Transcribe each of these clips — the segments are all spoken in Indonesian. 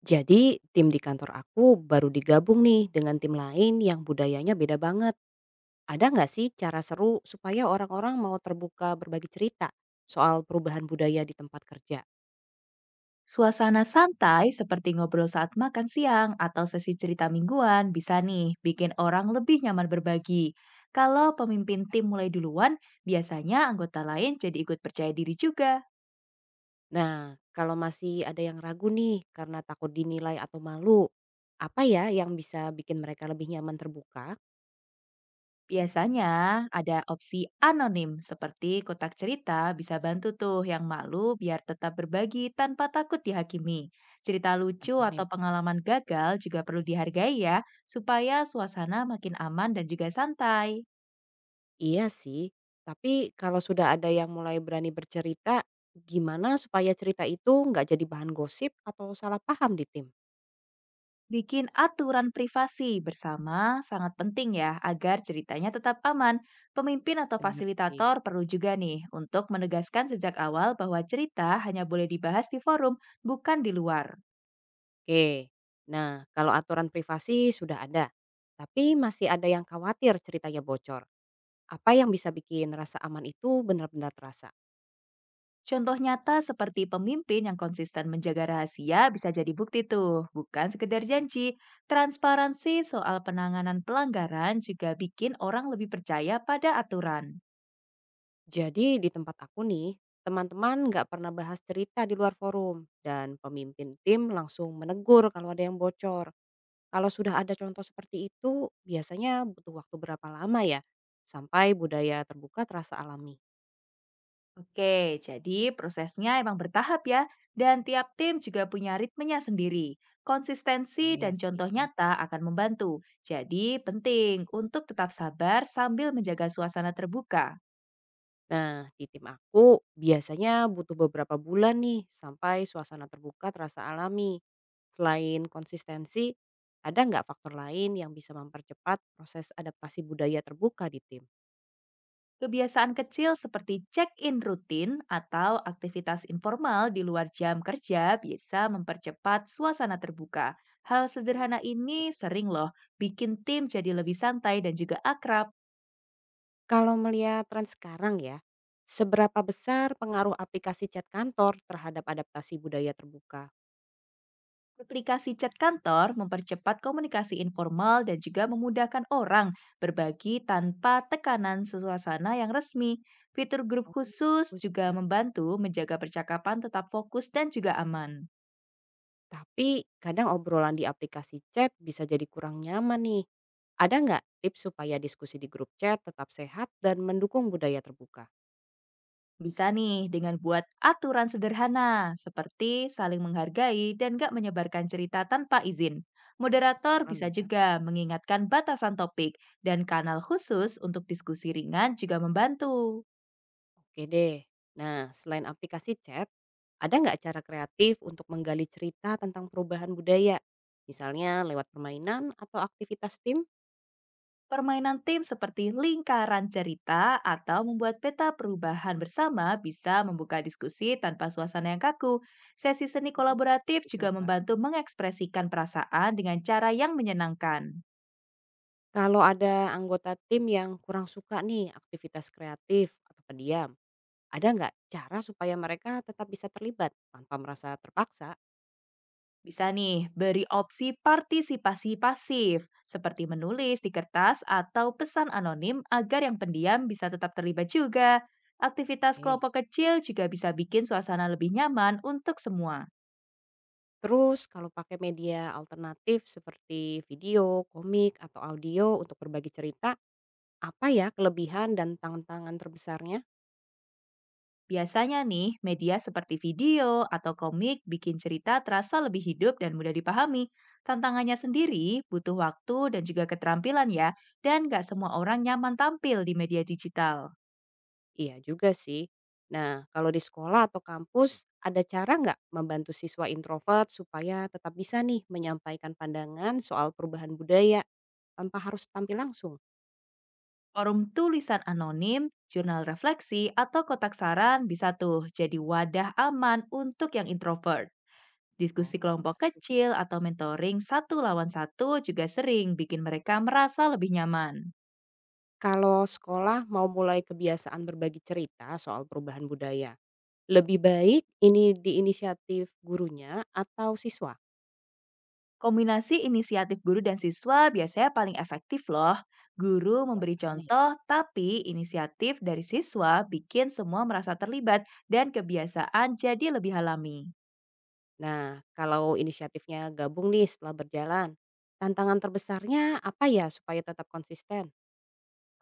Jadi tim di kantor aku baru digabung nih dengan tim lain yang budayanya beda banget. Ada nggak sih cara seru supaya orang-orang mau terbuka berbagi cerita soal perubahan budaya di tempat kerja? Suasana santai seperti ngobrol saat makan siang atau sesi cerita mingguan bisa nih bikin orang lebih nyaman berbagi. Kalau Ya pemimpin kan? tim mulai duluan, biasanya anggota lain jadi ikut percaya diri juga. Nah, kalau masih ada yang ragu nih karena takut dinilai atau malu, apa ya yang bisa bikin mereka lebih nyaman terbuka? Biasanya ada opsi anonim seperti kotak cerita bisa bantu tuh yang malu biar tetap berbagi tanpa takut dihakimi. Cerita lucu Anonim atau ya. pengalaman gagal juga perlu dihargai ya, supaya suasana makin aman dan juga santai. Iya sih, tapi kalau sudah ada yang mulai berani bercerita, gimana supaya cerita itu nggak jadi bahan gosip atau salah paham di tim? Bikin aturan privasi bersama sangat penting ya agar ceritanya tetap aman. Pemimpin atau Bener sih, fasilitator perlu juga nih untuk menegaskan sejak awal bahwa cerita hanya boleh dibahas di forum, bukan di luar. oke. Nah, kalau aturan privasi sudah ada, tapi masih ada yang khawatir ceritanya bocor. Apa yang bisa bikin rasa aman itu benar-benar terasa? Contoh nyata seperti pemimpin yang konsisten menjaga rahasia bisa jadi bukti tuh, bukan sekedar Oke. janji. Transparansi soal penanganan pelanggaran juga bikin orang lebih percaya pada aturan. Jadi di tempat aku nih, teman-teman nggak pernah bahas cerita di luar forum dan pemimpin tim langsung menegur kalau ada yang bocor. Kalau sudah ada contoh seperti itu, biasanya butuh waktu berapa lama ya sampai budaya terbuka terasa alami? Oke, jadi prosesnya emang bertahap ya, dan tiap tim juga punya ritmenya sendiri. Konsistensi Iya dan sih. contoh nyata akan membantu. Jadi penting untuk tetap sabar sambil menjaga suasana terbuka. Nah, di tim aku biasanya butuh beberapa bulan nih sampai suasana terbuka terasa alami. Selain konsistensi, ada nggak faktor lain yang bisa mempercepat proses adaptasi budaya terbuka di tim? Kebiasaan kecil seperti check-in rutin atau aktivitas informal di luar jam kerja bisa mempercepat suasana terbuka. Hal sederhana ini Ya, sering loh bikin tim jadi lebih santai dan juga akrab. kalau melihat tren sekarang ya, seberapa besar pengaruh aplikasi chat kantor terhadap adaptasi budaya terbuka? Aplikasi chat kantor mempercepat komunikasi informal dan juga memudahkan orang berbagi tanpa tekanan suasana yang resmi. Fitur grup Oh, khusus bagus juga ya. membantu menjaga percakapan tetap fokus dan juga aman. Tapi kadang obrolan di aplikasi chat bisa jadi kurang nyaman nih. Ada nggak tips supaya diskusi di grup chat tetap sehat dan mendukung budaya terbuka? Bisa nih dengan buat aturan sederhana seperti saling menghargai dan gak menyebarkan cerita tanpa izin. Moderator Kurang bisa ya. juga mengingatkan batasan topik, dan kanal khusus untuk diskusi ringan juga membantu. Oke deh. Nah, selain aplikasi chat, ada nggak cara kreatif untuk menggali cerita tentang perubahan budaya? Misalnya lewat permainan atau aktivitas tim? Permainan tim seperti lingkaran cerita atau membuat peta perubahan bersama bisa membuka diskusi tanpa suasana yang kaku. Sesi seni Hmm, kolaboratif juga Dicoba. membantu mengekspresikan perasaan dengan cara yang menyenangkan. Kalau ada anggota tim yang kurang suka nih aktivitas kreatif atau pendiam, ada nggak cara supaya mereka tetap bisa terlibat tanpa merasa terpaksa? Bisa nih, beri opsi partisipasi pasif, seperti menulis di kertas atau pesan anonim agar yang pendiam bisa tetap terlibat juga. Aktivitas Oke. kelompok kecil juga bisa bikin suasana lebih nyaman untuk semua. Terus kalau pakai media alternatif seperti video, komik, atau audio untuk berbagi cerita, apa ya kelebihan dan tantangan terbesarnya? Biasanya nih, media seperti video atau komik bikin cerita terasa lebih hidup dan mudah dipahami. Tantangannya sendiri butuh waktu dan juga keterampilan ya, dan nggak semua orang nyaman tampil di media digital. Iya juga sih. Nah, kalau di sekolah atau kampus, ada cara nggak membantu siswa introvert supaya tetap bisa nih menyampaikan pandangan soal perubahan budaya tanpa harus tampil langsung? Forum tulisan anonim, jurnal refleksi, atau kotak saran bisa tuh jadi wadah aman untuk yang introvert. Diskusi Oh, kelompok benar juga. kecil atau mentoring 1 lawan 1 juga sering bikin mereka merasa lebih nyaman. Kalau sekolah mau mulai kebiasaan berbagi cerita soal perubahan budaya, lebih baik ini di inisiatif gurunya atau siswa? Kombinasi inisiatif guru dan siswa biasanya paling efektif loh. Guru memberi Keluarganya ya. contoh, tapi inisiatif dari siswa bikin semua merasa terlibat dan kebiasaan jadi lebih alami. Nah, kalau inisiatifnya gabung nih setelah berjalan, tantangan terbesarnya apa ya supaya tetap konsisten?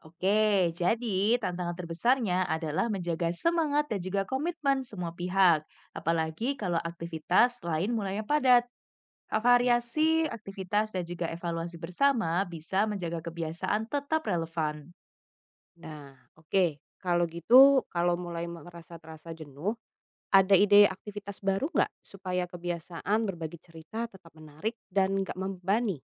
Oke, jadi tantangan terbesarnya adalah menjaga semangat dan juga komitmen semua pihak, apalagi kalau aktivitas lain mulai padat. Betul juga Variasi sih. aktivitas dan juga evaluasi bersama bisa menjaga kebiasaan tetap relevan. Nah, oke. Kalau gitu, kalau mulai merasa terasa jenuh, ada ide aktivitas baru nggak supaya kebiasaan berbagi cerita tetap menarik dan nggak membebani?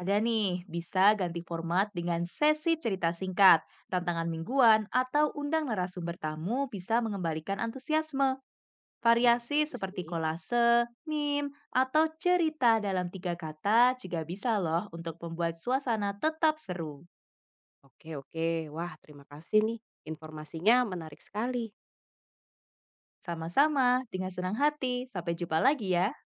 Ada nih, bisa ganti format dengan sesi cerita singkat, tantangan mingguan, atau undang narasumber tamu bisa mengembalikan antusiasme. Ide Variasi bagus seperti sih. kolase, meme, atau cerita dalam tiga kata juga bisa loh untuk membuat suasana tetap seru. Oke oke. Wah terima kasih nih, informasinya menarik sekali. Sama-sama, dengan senang hati. Sampai jumpa lagi ya.